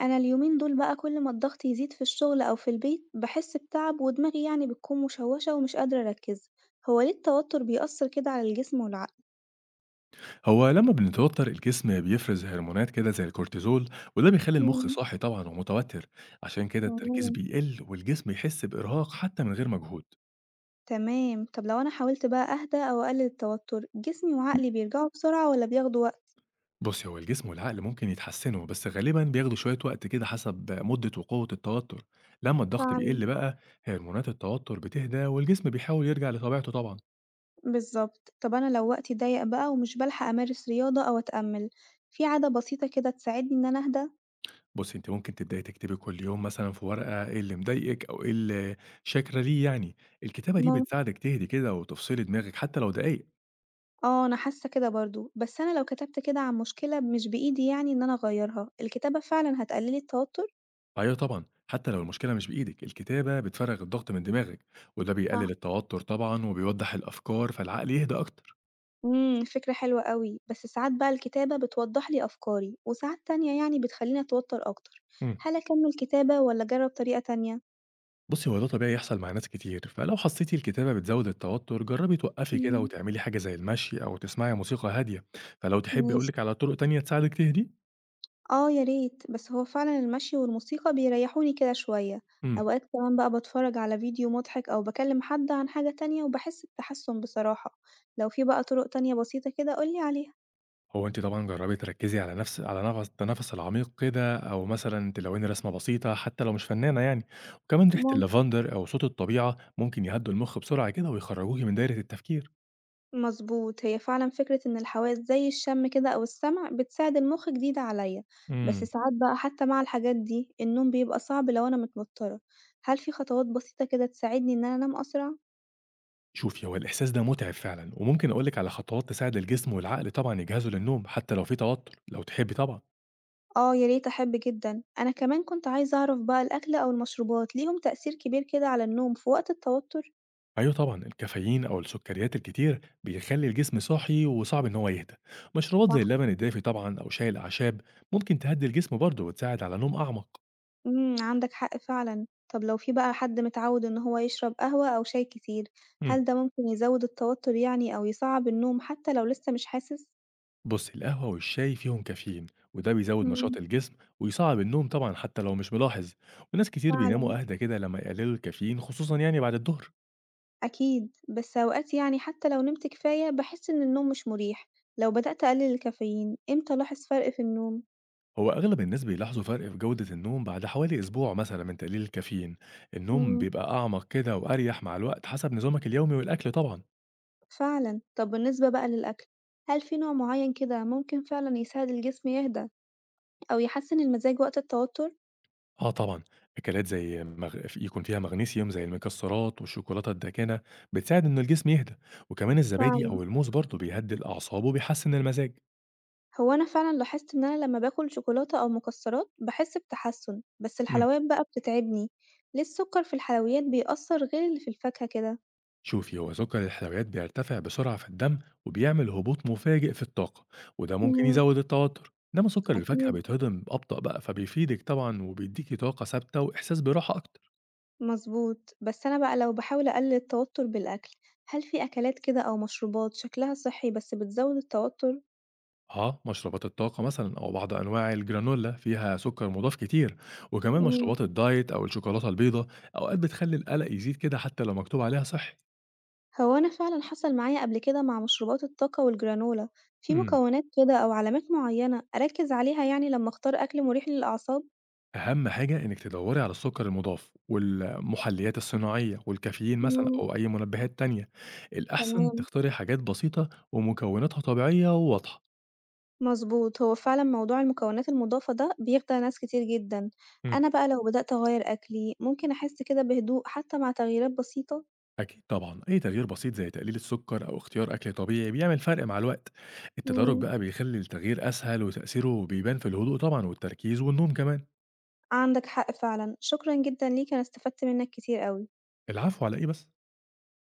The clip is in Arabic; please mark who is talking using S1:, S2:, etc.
S1: أنا اليومين دول بقى كل ما الضغط يزيد في الشغل أو في البيت بحس بتعب ودماغي بتكون مشوشة ومش قادرة أركز، هو ليه التوتر بيأثر كده على الجسم والعقل؟
S2: هو لما بنتوتر الجسم بيفرز هرمونات كده زي الكورتيزول، وده بيخلي المخ
S1: مم،
S2: صاحي طبعا ومتوتر. عشان كده التركيز
S1: تمام
S2: بيقل والجسم يحس بإرهاق حتى من غير مجهود.
S1: تمام. طب لو أنا حاولت بقى أهدى أو أقلل التوتر جسمي وعقلي بيرجعوا بسرعة ولا بياخدوا وقت؟
S2: بص، هو الجسم والعقل ممكن يتحسنوا بس غالبا بياخدوا شوية وقت كده حسب مدة وقوة التوتر. لما الضغط
S1: فعلا.
S2: بيقل بقى هرمونات التوتر بتهدى والجسم بيحاول يرجع لطبيعته طبعا.
S1: بالظبط. طب أنا لو وقتي ضيق بقى ومش بلحق أمارس رياضة أو أتأمل، في عادة بسيطة كده تساعدني إن أنا أهدى؟
S2: بص، انت ممكن تبداي تكتبي كل يوم مثلا في ورقة ايه اللي مضايقك او ايه اللي شاكرة ليه يعني. الكتابة دي بتساعدك تهدي كده وتفصلي دماغك حتى لو دقايق.
S1: آه، أنا حاسة كده برضه، بس أنا لو كتبت كده عن مشكلة مش بإيدي إن أنا أغيّرها، الكتابة فعلًا هتقلِّلي التوتر؟
S2: أيوه طبعًا، حتى لو المشكلة مش بإيدِك، الكتابة بتفرّغ الضغط من دماغِك، وده
S1: صح.
S2: بيقلل التوتر طبعًا وبيوضّح الأفكار، فالعقل يهدى أكتر.
S1: إمم، فكرة حلوة أوي، بس ساعات بقى الكتابة بتوضّح لي أفكاري وساعات تانية بتخلّيني أتوتر أكتر،
S2: إمم.
S1: هل أكمّل كتابة والّا أجرّب طريقة تانية؟
S2: بُصّي، هو ده طبيعي يحصل مع ناس كتير، فلو حسيتِ الكتابة بتزوّد التوتر، جرّبي توقّفي كده
S1: إمم،
S2: وتعملي حاجة زي المشي أو تسمعي موسيقى هادية، فلو تحبّي أقول
S1: ماشي.
S2: لِك على طُرق تانية تساعدِك تهدي؟
S1: آه، يا ريت، بس هو فعلًا المشي والموسيقى بيريّحوني كده شوية،
S2: إمم.
S1: أوقات كمان بقى باتفرّج على فيديو مضحك أو باكلّم حد عن حاجة تانية وباحس بتحسُّن بصراحة، لو في بقى طُرق تانية بسيطة كده قُل لي عليها.
S2: هو أنتِ طبعًا جرّبي تركّزي على نفس التنفس العميق كده، أو مثلًا تلوِّني رسمة بسيطة حتى لو مش فنانة يعني، وكمان ريحة
S1: ممكن.
S2: اللافندر أو صوت الطبيعة ممكن يهدّوا المُخ بسرعة كده ويخرّجوكِ من دايرة التفكير.
S1: مظبوط، هي فعلًا فكرة إن الحواس زي الشم كده أو السمع بتساعد المُخ جديدة عليَّ، بس
S2: إمم.
S1: ساعات بقى حتى مع الحاجات دي النوم بيبقى صعب لو أنا متوترة، هل في خطوات بسيطة كده تساعدني إن أنا أنام أسرع؟
S2: شوفي، هو الإحساس ده مُتعب فعلًا، وممكن أقول لِك على خطوات تساعد الجسم والعقل طبعًا يجهزوا للنوم حتى لو في توتر، لو تحبّي طبعًا.
S1: آه يا ريت أحب جدًا، أنا كمان كنت عايزة أعرف بقى الأكل أو المشروبات ليهم تأثير كبير كده على النوم في وقت التوتر؟
S2: أيوه طبعًا، الكافيين أو السُكّريات الكتير بيخلّي الجسم صاحي وصعب إن هو يهدى. مشروبات زي
S1: صح،
S2: اللبن الدافي طبعًا أو شاي الأعشاب ممكن تهدّي الجسم برضه وتساعد على نوم أعمق.
S1: إمم، عندك حق فعلًا. طب لو في بقى حد متعود إن هو يشرب قهوة أو شاي كتير،
S2: اهم.
S1: هل ده ممكن يزود التوتر أو يصعّب النوم حتى لو لسه مش حاسس؟
S2: بص، القهوة والشاي فيهم كافيين، وده بيزود نشاط
S1: إمم.
S2: الجسم ويصعب النوم طبعا حتى لو مش ملاحظ. وناس كتير
S1: فعلًا،
S2: بيناموا أهدى كده لما يقللوا الكافيين خصوصا يعني بعد الظهر.
S1: أكيد، بس أوقات حتى لو نمت كفاية باحس إن النوم مش مريح، لو بدأت أقلل الكافيين إمتى ألاحظ فرق في النوم؟
S2: هو أغلب الناس بيلاحظوا فرق في جودة النوم بعد حوالي أسبوع مثلا من تقليل الكافيين. النوم
S1: إمم،
S2: بيبقى أعمق كده وأريح مع الوقت حسب نظامك اليومي والأكل طبعا.
S1: فعلًا. طب بالنسبة بقى للأكل، هل في نوع معين كده ممكن فعلًا يساعد الجسم يهدى أو يحسن المزاج وقت التوتر؟
S2: اه طبعا، اكلات زي يكون فيها مغنيسيوم زي المكسرات والشوكولاته الداكنه بتساعد ان الجسم يهدى. وكمان الزبادي
S1: فعلًا،
S2: او الموز برضه بيهدي الاعصاب وبيحسن المزاج.
S1: هو أنا فعلًا لاحظت إن أنا لما باكل شوكولاتة أو مكسرات باحس بتحسن، بس
S2: إمم.
S1: الحلويات بقى بتتعبني، ليه السكر في الحلويات بيأثر غير اللي في الفاكهة كده؟
S2: شوفي، هو سكر الحلويات بيرتفع بسرعة في الدم وبيعمل هبوط مفاجئ في الطاقة، وده ممكن
S1: إمم،
S2: يزود التوتر. إنما سكر الفاكهة
S1: أكيد.
S2: بيتهضم أبطأ بقى، فبيفيدك طبعا وبيديكي طاقة ثابتة وإحساس براحة أكتر.
S1: مظبوط، بس أنا بقى لو باحاول أقلل التوتر بالأكل، هل في أكلات كده أو مشروبات شكلها صحّي بس بتزوّد التوتر؟
S2: اه، مشروبات الطاقة مثلا أو بعض أنواع الجرانولا فيها سكر مضاف كتير، وكمان
S1: إمم،
S2: مشروبات الدايت أو الشوكولاتة البيضاء أوقات بتخلي القلق يزيد كده حتى لو مكتوب عليها صحي.
S1: هو أنا فعلًا حصل معايا قبل كده مع مشروبات الطاقة والجرانولا، في
S2: مم.
S1: مكونات كده أو علامات معيّنة أركّز عليها لمّا أختار أكل مُريح للأعصاب؟
S2: أهم حاجة إنِّك تدوّري على السُكّر المُضاف والمُحلّيات الصناعية والكافيين مثلًا
S1: إمم،
S2: أو أي منبهات تانية، الأحسن
S1: تمام،
S2: تختاري حاجات بسيطة ومكوناتها طبيعية وواضحة.
S1: مظبوط، هو فعلًا موضوع المكونات المضافة ده بيخدع ناس كتير جدًا،
S2: إمم،
S1: أنا بقى لو بدأت أغيّر أكلي ممكن أحس كده بهدوء حتى مع تغييرات بسيطة؟
S2: أكيد طبعًا، أي تغيير بسيط زي تقليل السُكّر أو اختيار أكل طبيعي بيعمل فرق مع الوقت، التدرُّج
S1: إمم.
S2: بقى بيخلّي التغيير أسهل وتأثيره بيبان في الهدوء طبعًا والتركيز والنوم كمان.
S1: عندك حق فعلًا، شكرًا جدًا ليك أنا استفدت منّك كتير أوي.
S2: العفو على إيه بس.